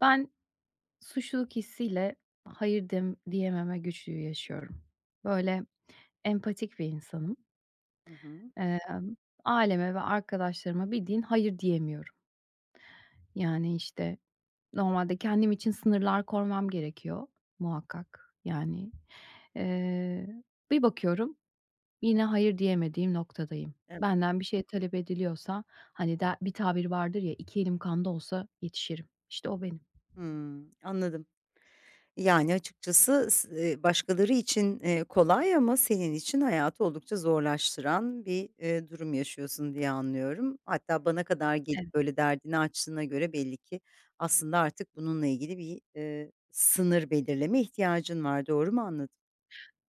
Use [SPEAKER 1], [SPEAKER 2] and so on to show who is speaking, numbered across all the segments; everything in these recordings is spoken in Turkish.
[SPEAKER 1] Ben suçluluk hissiyle hayır diyememe güçlüğü yaşıyorum. Böyle empatik bir insanım.
[SPEAKER 2] Hı hı.
[SPEAKER 1] Emm, Aileme ve arkadaşlarıma bildiğin hayır diyemiyorum. Yani, işte, normalde kendim için sınırlar kormam gerekiyor muhakkak. Yani, eee, bir bakıyorum yine hayır diyemediğim noktadayım.
[SPEAKER 2] Evet.
[SPEAKER 1] Benden bir şey talep ediliyorsa, hani, der bir tabir vardır ya, 2 elim kanda olsa yetişirim." İşte o benim.
[SPEAKER 2] Hımm, anladım. Yani, açıkçası s başkaları için, kolay ama senin için hayatı oldukça zorlaştıran bir durum yaşıyorsun diye anlıyorum. Hatta bana kadar gelip böyle derdini açtığına göre belli ki aslında artık bununla ilgili bir sınır belirleme ihtiyacın var. Doğru mu anladım?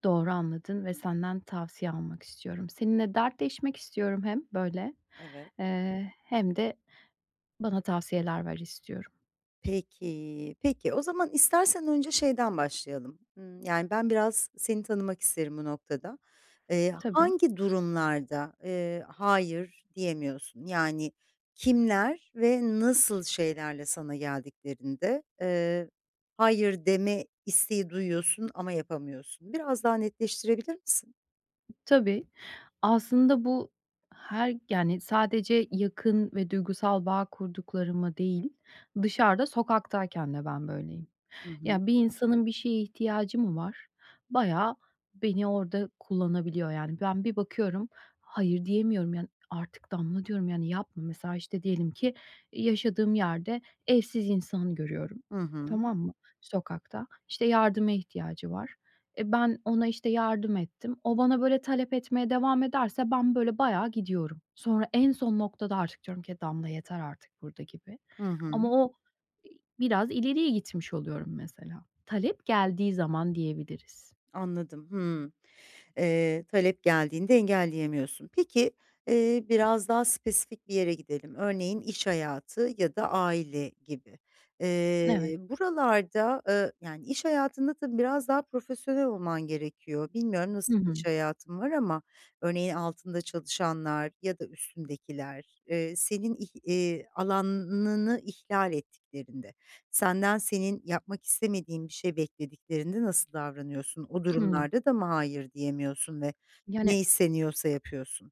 [SPEAKER 1] Doğru anladın ve senden tavsiye almak istiyorum. Seninle dertleşmek istiyorum hem böyle,
[SPEAKER 2] Evet.
[SPEAKER 1] hem de bana tavsiyeler ver istiyorum.
[SPEAKER 2] Peki. O zaman istersen önce şeyden başlayalım. Yani, ben biraz seni tanımak isterim bu noktada.
[SPEAKER 1] Tabii,
[SPEAKER 2] Hangi durumlarda, hayır diyemiyorsun? Yani, kimler ve nasıl şeylerle sana geldiklerinde, hayır deme isteği duyuyorsun ama yapamıyorsun? Biraz daha netleştirebilir misin?
[SPEAKER 1] tabii. Aslında bu her yani sadece yakın ve duygusal bağ kurduklarıma değil, dışarıda sokaktayken de ben böyleyim.
[SPEAKER 2] Hı hı.
[SPEAKER 1] Ya, bir insanın bir şeye ihtiyacı mı var? Bayağı beni orada kullanabiliyor yani. Ben bir bakıyorum, hayır diyemiyorum yani, artık Damla diyorum, yani, yapma. Mesela, işte, diyelim ki yaşadığım yerde evsiz insan görüyorum,
[SPEAKER 2] Hı hı.
[SPEAKER 1] tamam mı, sokakta. İşte, yardıma ihtiyacı var. E, ben ona, işte, yardım ettim. O bana böyle talep etmeye devam ederse ben böyle bayağı gidiyorum. Sonra en son noktada artık diyorum ki, "Damla yeter artık burada." gibi.
[SPEAKER 2] Hı
[SPEAKER 1] Ama
[SPEAKER 2] hı.
[SPEAKER 1] o biraz ileriye gitmiş oluyorum mesela. Talep geldiği zaman diyebiliriz.
[SPEAKER 2] Anladım. Hıı. Talep geldiğinde engelleyemiyorsun. Peki, biraz daha spesifik bir yere gidelim. Örneğin iş hayatı ya da aile gibi.
[SPEAKER 1] Evet.
[SPEAKER 2] Buralarda, yani iş hayatında tabii biraz daha profesyonel olman gerekiyor. Bilmiyorum nasıl
[SPEAKER 1] Hı
[SPEAKER 2] bir
[SPEAKER 1] hı.
[SPEAKER 2] iş hayatın var ama örneğin altında çalışanlar ya da üstündekiler, senin ih alanını ihlal ettiklerinde senden senin yapmak istemediğin bir şey beklediklerinde nasıl davranıyorsun? O hı hı.
[SPEAKER 1] Hıı.
[SPEAKER 2] durumlarda da mı hayır diyemiyorsun ve
[SPEAKER 1] Yani
[SPEAKER 2] ne isteniyorsa yapıyorsun?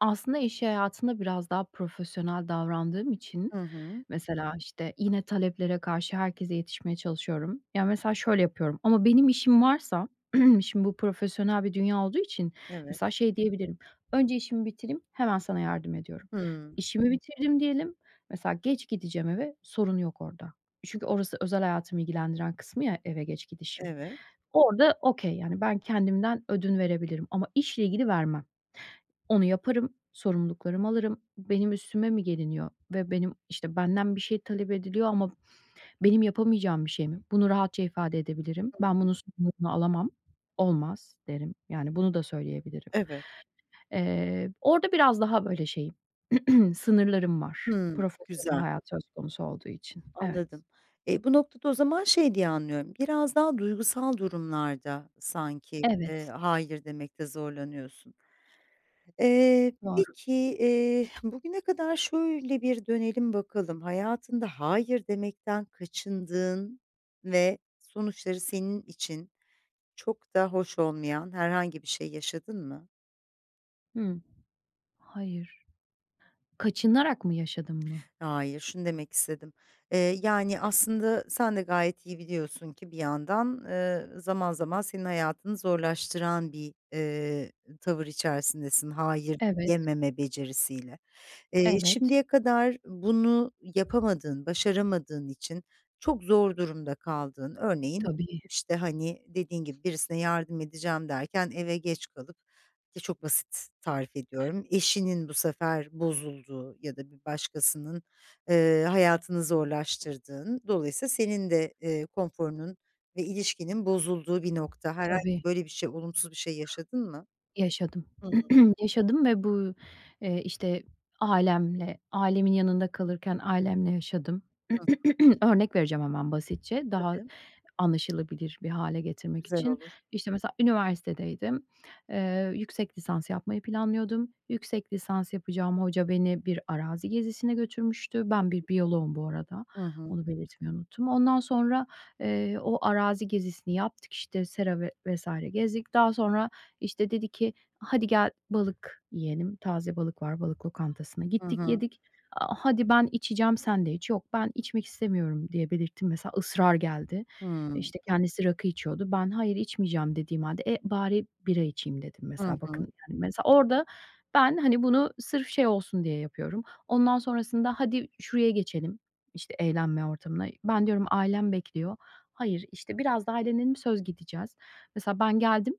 [SPEAKER 1] aslında iş hayatında biraz daha profesyonel davrandığım için
[SPEAKER 2] Hı hı.
[SPEAKER 1] mesela, işte, yine taleplere karşı herkese yetişmeye çalışıyorum. Ya, mesela şöyle yapıyorum ama benim işim varsa şimdi bu profesyonel bir dünya olduğu için
[SPEAKER 2] Evet.
[SPEAKER 1] mesela şey diyebilirim, "Önce işimi bitireyim, hemen sana yardım ediyorum."
[SPEAKER 2] Hıı.
[SPEAKER 1] İşimi bitirdim diyelim, mesela geç gideceğim eve, sorun yok orada. Çünkü orası özel hayatımı ilgilendiren kısmı ya eve geç gidişim.
[SPEAKER 2] Evet,
[SPEAKER 1] Orada okay, yani ben kendimden ödün verebilirim ama işle ilgili vermem. Onu yaparım, sorumluluklarımı alırım. Benim üstüme mi geliniyor ve benim, işte, benden bir şey talep ediliyor ama benim yapamayacağım bir şey mi? Bunu rahatça ifade edebilirim. Ben bunun sorumluluğunu alamam, olmaz derim. Yani bunu da söyleyebilirim.
[SPEAKER 2] evet.
[SPEAKER 1] Orada biraz daha böyle şeyim, sınırlarım var
[SPEAKER 2] Hıı.
[SPEAKER 1] profesyonel
[SPEAKER 2] Güzel,
[SPEAKER 1] hayat söz konusu olduğu için. Evet.
[SPEAKER 2] anladım. E, bu noktada o zaman şey diye anlıyorum, biraz daha duygusal durumlarda sanki,
[SPEAKER 1] Evet,
[SPEAKER 2] hayır demekte zorlanıyorsun.
[SPEAKER 1] doğru.
[SPEAKER 2] Peki, bugüne kadar şöyle bir dönelim bakalım. Hayatında hayır demekten kaçındığın ve sonuçları senin için çok da hoş olmayan herhangi bir şey yaşadın mı?
[SPEAKER 1] Hımm. Hayır. Kaçınarak mı yaşadım mı?
[SPEAKER 2] Hayır, şunu demek istedim. Yani, aslında sen de gayet iyi biliyorsun ki bir yandan, zaman zaman senin hayatını zorlaştıran bir tavır içerisindesin hayır
[SPEAKER 1] Evet,
[SPEAKER 2] yememe becerisiyle.
[SPEAKER 1] evet.
[SPEAKER 2] Şimdiye kadar bunu yapamadığın, başaramadığın için çok zor durumda kaldığın, örneğin,
[SPEAKER 1] Tabii,
[SPEAKER 2] işte, hani, dediğin gibi birisine yardım edeceğim derken eve geç kalıp, ki çok basit tarif ediyorum, eşinin bu sefer bozulduğu ya da bir başkasının, hayatını zorlaştırdığın, dolayısıyla senin de, konforunun ve ilişkinin bozulduğu bir nokta. Herhangi
[SPEAKER 1] tabii.
[SPEAKER 2] böyle bir şey, olumsuz bir şey yaşadın mı?
[SPEAKER 1] Yaşadım.
[SPEAKER 2] Hı hı.
[SPEAKER 1] Yaşadım ve bu, işte, ailemle, ailemin yanında kalırken ailemle yaşadım. Örnek vereceğim hemen basitçe, daha
[SPEAKER 2] Tabii,
[SPEAKER 1] anlaşılabilir bir hale getirmek
[SPEAKER 2] güzel
[SPEAKER 1] için.
[SPEAKER 2] olur.
[SPEAKER 1] İşte, mesela üniversitedeydim. Yüksek lisans yapmayı planlıyordum. Yüksek lisans yapacağım hoca beni bir arazi gezisine götürmüştü. Ben bir biyoloğum bu arada.
[SPEAKER 2] Hı hı.
[SPEAKER 1] Onu belirtmeyi unuttum. Ondan sonra, o arazi gezisini yaptık. İşte sera ve vs. gezdik. Daha sonra, işte, dedi ki, "Hadi gel balık yiyelim. Taze balık var, balık lokantasına."
[SPEAKER 2] Hı
[SPEAKER 1] Gittik,
[SPEAKER 2] hı.
[SPEAKER 1] yedik. "A, hadi ben içeceğim, sen de iç." "Yok, ben içmek istemiyorum." diye belirttim mesela. Israr geldi.
[SPEAKER 2] Hıı.
[SPEAKER 1] İşte, kendisi rakı içiyordu. Ben "Hayır, içmeyeceğim." dediğim hâlde, "E, bari bira içeyim." dedim
[SPEAKER 2] Hı
[SPEAKER 1] mesela. Bakın,
[SPEAKER 2] hı.
[SPEAKER 1] yani, mesela orada ben, hani, bunu sırf şey olsun diye yapıyorum. Ondan sonrasında, "Hadi şuraya geçelim." işte, eğlenme ortamına. Ben diyorum, "Ailem bekliyor." "Hayır, işte, biraz daha ailenin söz gideceğiz." Mesela ben geldim,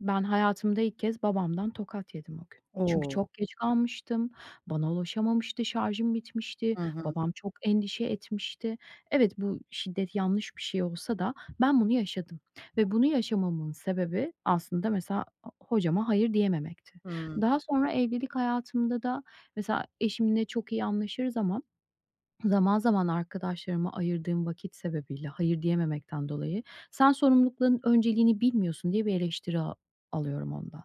[SPEAKER 1] ben hayatımda ilk kez babamdan tokat yedim o gün. Çünkü
[SPEAKER 2] O!
[SPEAKER 1] çok geç kalmıştım, bana ulaşamamıştı, şarjım bitmişti,
[SPEAKER 2] Hı hı.
[SPEAKER 1] babam çok endişe etmişti. Evet, bu şiddet yanlış bir şey olsa da ben bunu yaşadım ve bunu yaşamamın sebebi aslında mesela hocama hayır diyememekti.
[SPEAKER 2] Hımm.
[SPEAKER 1] Daha sonra evlilik hayatımda da mesela eşimle çok iyi anlaşırız ama zaman zaman arkadaşlarıma ayırdığım vakit sebebiyle hayır diyememekten dolayı, "Sen sorumlulukların önceliğini bilmiyorsun." diye bir eleştiri alıyorum ondan.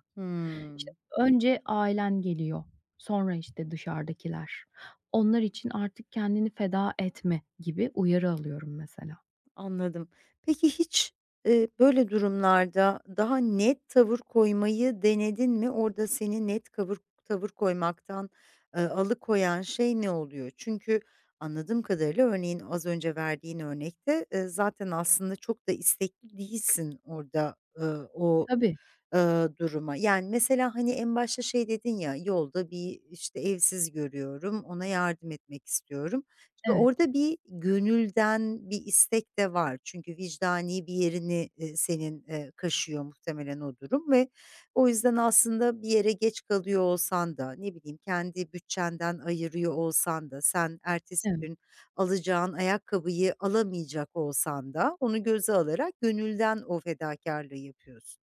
[SPEAKER 1] İşte,
[SPEAKER 2] Hımm.
[SPEAKER 1] önce ailen geliyor, sonra, işte, dışarıdakiler. Onlar için artık kendini feda etme gibi uyarı alıyorum mesela.
[SPEAKER 2] Anladım. Peki hiç, böyle durumlarda daha net tavır koymayı denedin mi? Orada seni net kavır tavır koymaktan, alıkoyan şey ne oluyor? Çünkü anladığım kadarıyla örneğin az önce verdiğin örnekte, zaten aslında çok da istekli değilsin orada, o
[SPEAKER 1] Tabii,
[SPEAKER 2] Duruma. Yani, mesela, hani, en başta şey dedin ya, "Yolda bir, işte, evsiz görüyorum, ona yardım etmek istiyorum." Şimdi
[SPEAKER 1] evet,
[SPEAKER 2] orada bir gönülden bir istek de var. Çünkü vicdani bir yerini, senin, kaşıyor muhtemelen o durum ve o yüzden aslında bir yere geç kalıyor olsan da, ne bileyim, kendi bütçenden ayırıyor olsan da, sen ertesi
[SPEAKER 1] evet.
[SPEAKER 2] gün alacağın ayakkabıyı alamayacak olsan da onu göze alarak gönülden o fedakarlığı yapıyorsun.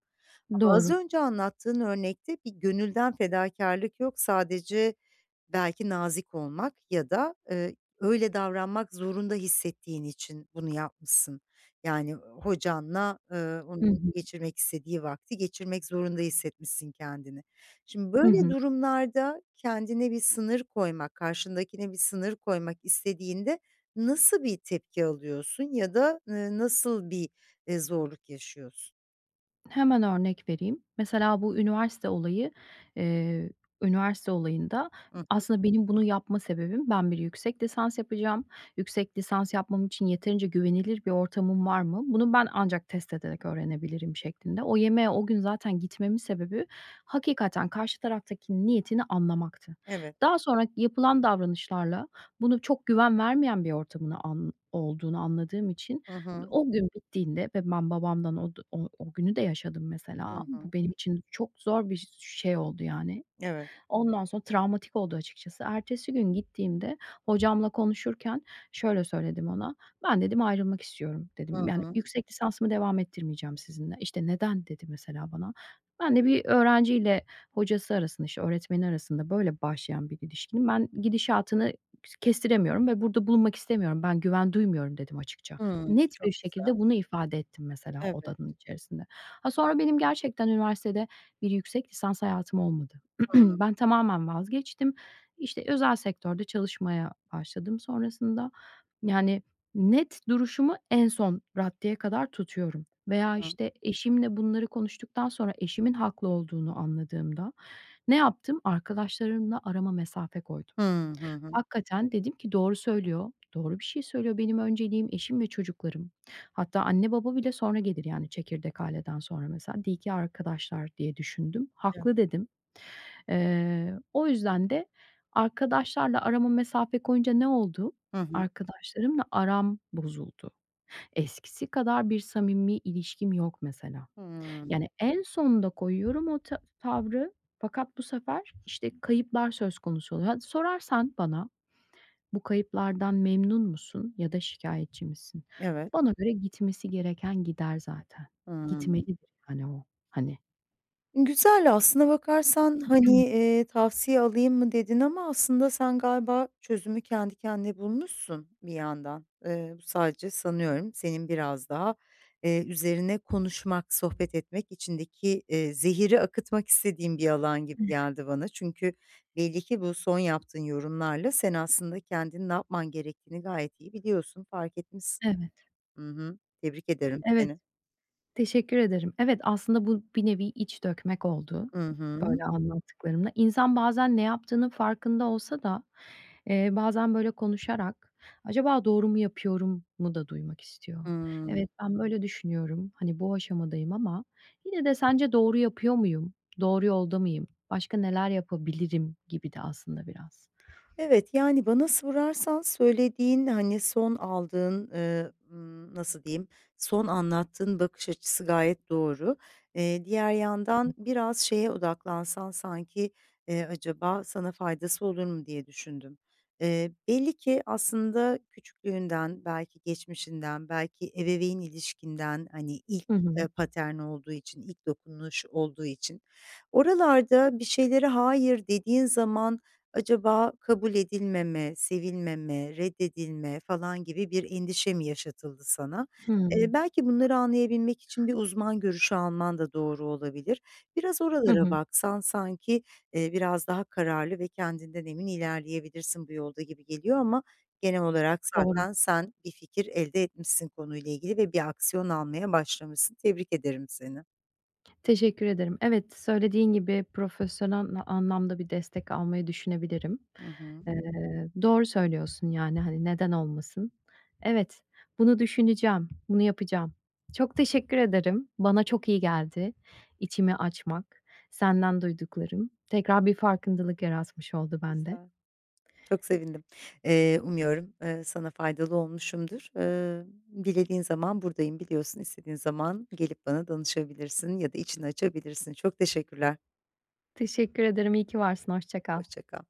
[SPEAKER 2] Ama az
[SPEAKER 1] Doğru.
[SPEAKER 2] önce anlattığın örnekte bir gönülden fedakarlık yok. Sadece belki nazik olmak ya da, öyle davranmak zorunda hissettiğin için bunu yapmışsın. Yani hocanla,
[SPEAKER 1] Hı
[SPEAKER 2] onun
[SPEAKER 1] hı.
[SPEAKER 2] geçirmek istediği vakti geçirmek zorunda hissetmişsin kendini. Şimdi
[SPEAKER 1] Hı
[SPEAKER 2] böyle
[SPEAKER 1] hı.
[SPEAKER 2] durumlarda kendine bir sınır koymak, karşındakine bir sınır koymak istediğinde nasıl bir tepki alıyorsun ya da, nasıl bir zorluk yaşıyorsun?
[SPEAKER 1] Hemen örnek vereyim. Mesela bu eee, üniversite olayında
[SPEAKER 2] Hıh,
[SPEAKER 1] aslında benim bunu yapma sebebim, ben bir yüksek lisans yapacağım. Yüksek lisans yapmam için yeterince güvenilir bir ortamım var mı? Bunu ben ancak test ederek öğrenebilirim şeklinde. O yemeğe o gün zaten gitmemin sebebi hakikaten karşı taraftaki niyetini anlamaktı.
[SPEAKER 2] evet.
[SPEAKER 1] Daha sonra yapılan davranışlarla bunu çok güven vermeyen bir ortamın an olduğunu anladığım için
[SPEAKER 2] Hı hı.
[SPEAKER 1] o gün bittiğinde ve ben babamdan o d o o günü de yaşadım
[SPEAKER 2] Hı
[SPEAKER 1] mesela.
[SPEAKER 2] hı.
[SPEAKER 1] Bu benim için çok zor bir şey oldu yani.
[SPEAKER 2] Evet.
[SPEAKER 1] Ondan sonra travmatik oldu açıkçası. Ertesi gün gittiğimde hocamla konuşurken şöyle söyledim ona. "Ben" dedim, "ayrılmak istiyorum."
[SPEAKER 2] Hı
[SPEAKER 1] dedim. "Yani,
[SPEAKER 2] hı.
[SPEAKER 1] yüksek lisansımı devam ettirmeyeceğim sizinle." İşte, "Neden?" dedi mesela bana. Ben de bir öğrenciyle hocası arasında, işte, öğretmeni arasında böyle başlayan bir ilişkinin ben gidişatını kestiremiyorum ve burada bulunmak istemiyorum. Ben güven duymuyorum dedim açıkça.
[SPEAKER 2] Hımm.
[SPEAKER 1] Net
[SPEAKER 2] Çok
[SPEAKER 1] bir
[SPEAKER 2] güzel.
[SPEAKER 1] şekilde bunu ifade ettim mesela
[SPEAKER 2] Evet.
[SPEAKER 1] odanın içerisinde. Ha, sonra benim gerçekten üniversitede bir yüksek lisans hayatım olmadı.
[SPEAKER 2] Hı
[SPEAKER 1] Ben tamamen vazgeçtim. İşte, özel sektörde çalışmaya başladım sonrasında. Yani, net duruşumu en son raddeye kadar tutuyorum veya,
[SPEAKER 2] hı.
[SPEAKER 1] işte, eşimle bunları konuştuktan sonra eşimin haklı olduğunu anladığımda ne yaptım? Arkadaşlarımla arama mesafe koydum.
[SPEAKER 2] Hı hı. Hı.
[SPEAKER 1] Hakikaten dedim ki doğru söylüyor, doğru bir şey söylüyor. Benim önceliğim eşim ve çocuklarım. Hatta anne baba bile sonra gelir, yani, çekirdek aileden sonra mesela. "İyi ki arkadaşlar." diye düşündüm.
[SPEAKER 2] Evet.
[SPEAKER 1] Haklı dedim. O yüzden de arkadaşlarla arama mesafe koyunca ne oldu?
[SPEAKER 2] Hı hı.
[SPEAKER 1] Arkadaşlarımla aram bozuldu. Eskisi kadar bir samimi ilişkim yok mesela.
[SPEAKER 2] Hımm.
[SPEAKER 1] Yani en sonunda koyuyorum o tavrı fakat bu sefer, işte, kayıplar söz konusu oluyor. Hadi sorarsan bana, "Bu kayıplardan memnun musun ya da şikâyetçi misin?"
[SPEAKER 2] Evet.
[SPEAKER 1] Bana göre gitmesi gereken gider zaten.
[SPEAKER 2] Hımm.
[SPEAKER 1] Gitmelidir yani o, hani.
[SPEAKER 2] Güzel aslına bakarsan, hani,
[SPEAKER 1] Hımm.
[SPEAKER 2] "Tavsiye alayım mı?" dedin ama aslında sen galiba çözümü kendi kendine bulmuşsun bir yandan. Bu sadece sanıyorum senin biraz daha, üzerine konuşmak, sohbet etmek, içindeki, zehiri akıtmak istediğin bir alan gibi geldi bana. Çünkü belli ki bu son yaptığın yorumlarla sen aslında kendinin ne yapman gerektiğini gayet iyi biliyorsun, fark etmişsin.
[SPEAKER 1] Evet.
[SPEAKER 2] Hı hı. Tebrik ederim
[SPEAKER 1] Evet.
[SPEAKER 2] seni.
[SPEAKER 1] Teşekkür ederim. Evet, aslında bu bir nevi iç dökmek oldu,
[SPEAKER 2] Hı hı.
[SPEAKER 1] böyle anlattıklarımla. İnsan bazen ne yaptığının farkında olsa da, bazen böyle konuşarak acaba doğru mu yapıyorum da duymak istiyor.
[SPEAKER 2] Hıı.
[SPEAKER 1] Evet, ben böyle düşünüyorum, hani, bu aşamadayım ama yine de sence doğru yapıyor muyum, doğru yolda mıyım, başka neler yapabilirim gibi de aslında biraz.
[SPEAKER 2] Evet, yani, bana sorarsan söylediğin, hani, son aldığın, nasıl diyeyim, son anlattığın bakış açısı gayet doğru. Diğer yandan biraz şeye odaklansan sanki, acaba sana faydası olur mu diye düşündüm. Belli ki aslında küçüklüğünden, belki geçmişinden, belki ebeveyn ilişkinden, hani, ilk,
[SPEAKER 1] Hı hı.
[SPEAKER 2] patern olduğu için, ilk dokunuş olduğu için oralarda bir şeylere hayır dediğin zaman acaba kabul edilmeme, sevilmeme, reddedilme falan gibi bir endişe mi yaşatıldı sana?
[SPEAKER 1] Hıı.
[SPEAKER 2] Belki bunları anlayabilmek için bir uzman görüşü alman da doğru olabilir. Biraz
[SPEAKER 1] Hı hı.
[SPEAKER 2] oralara
[SPEAKER 1] Hı.
[SPEAKER 2] baksan sanki, biraz daha kararlı ve kendinden emin ilerleyebilirsin bu yolda gibi geliyor ama genel olarak
[SPEAKER 1] Doğru.
[SPEAKER 2] zaten sen bir fikir elde etmişsin konuyla ilgili ve bir aksiyon almaya başlamışsın. Tebrik ederim seni.
[SPEAKER 1] Teşekkür ederim. Evet, söylediğin gibi profesyonel anlamda bir destek almayı düşünebilirim.
[SPEAKER 2] Hı hı.
[SPEAKER 1] Eee, doğru söylüyorsun, yani, hani, neden olmasın. Evet, bunu düşüneceğim, bunu yapacağım. Çok teşekkür ederim. Bana çok iyi geldi içimi açmak, senden duyduklarım. Tekrar bir farkındalık yaratmış oldu bende.
[SPEAKER 2] Güzel. Çok sevindim. Umuyorum, sana faydalı olmuşumdur. Dilediğin zaman buradayım biliyorsun. İstediğin zaman gelip bana danışabilirsin ya da içini açabilirsin. Çok teşekkürler.
[SPEAKER 1] Teşekkür ederim, iyi ki varsın, hoşça kal.
[SPEAKER 2] Hoşça kal.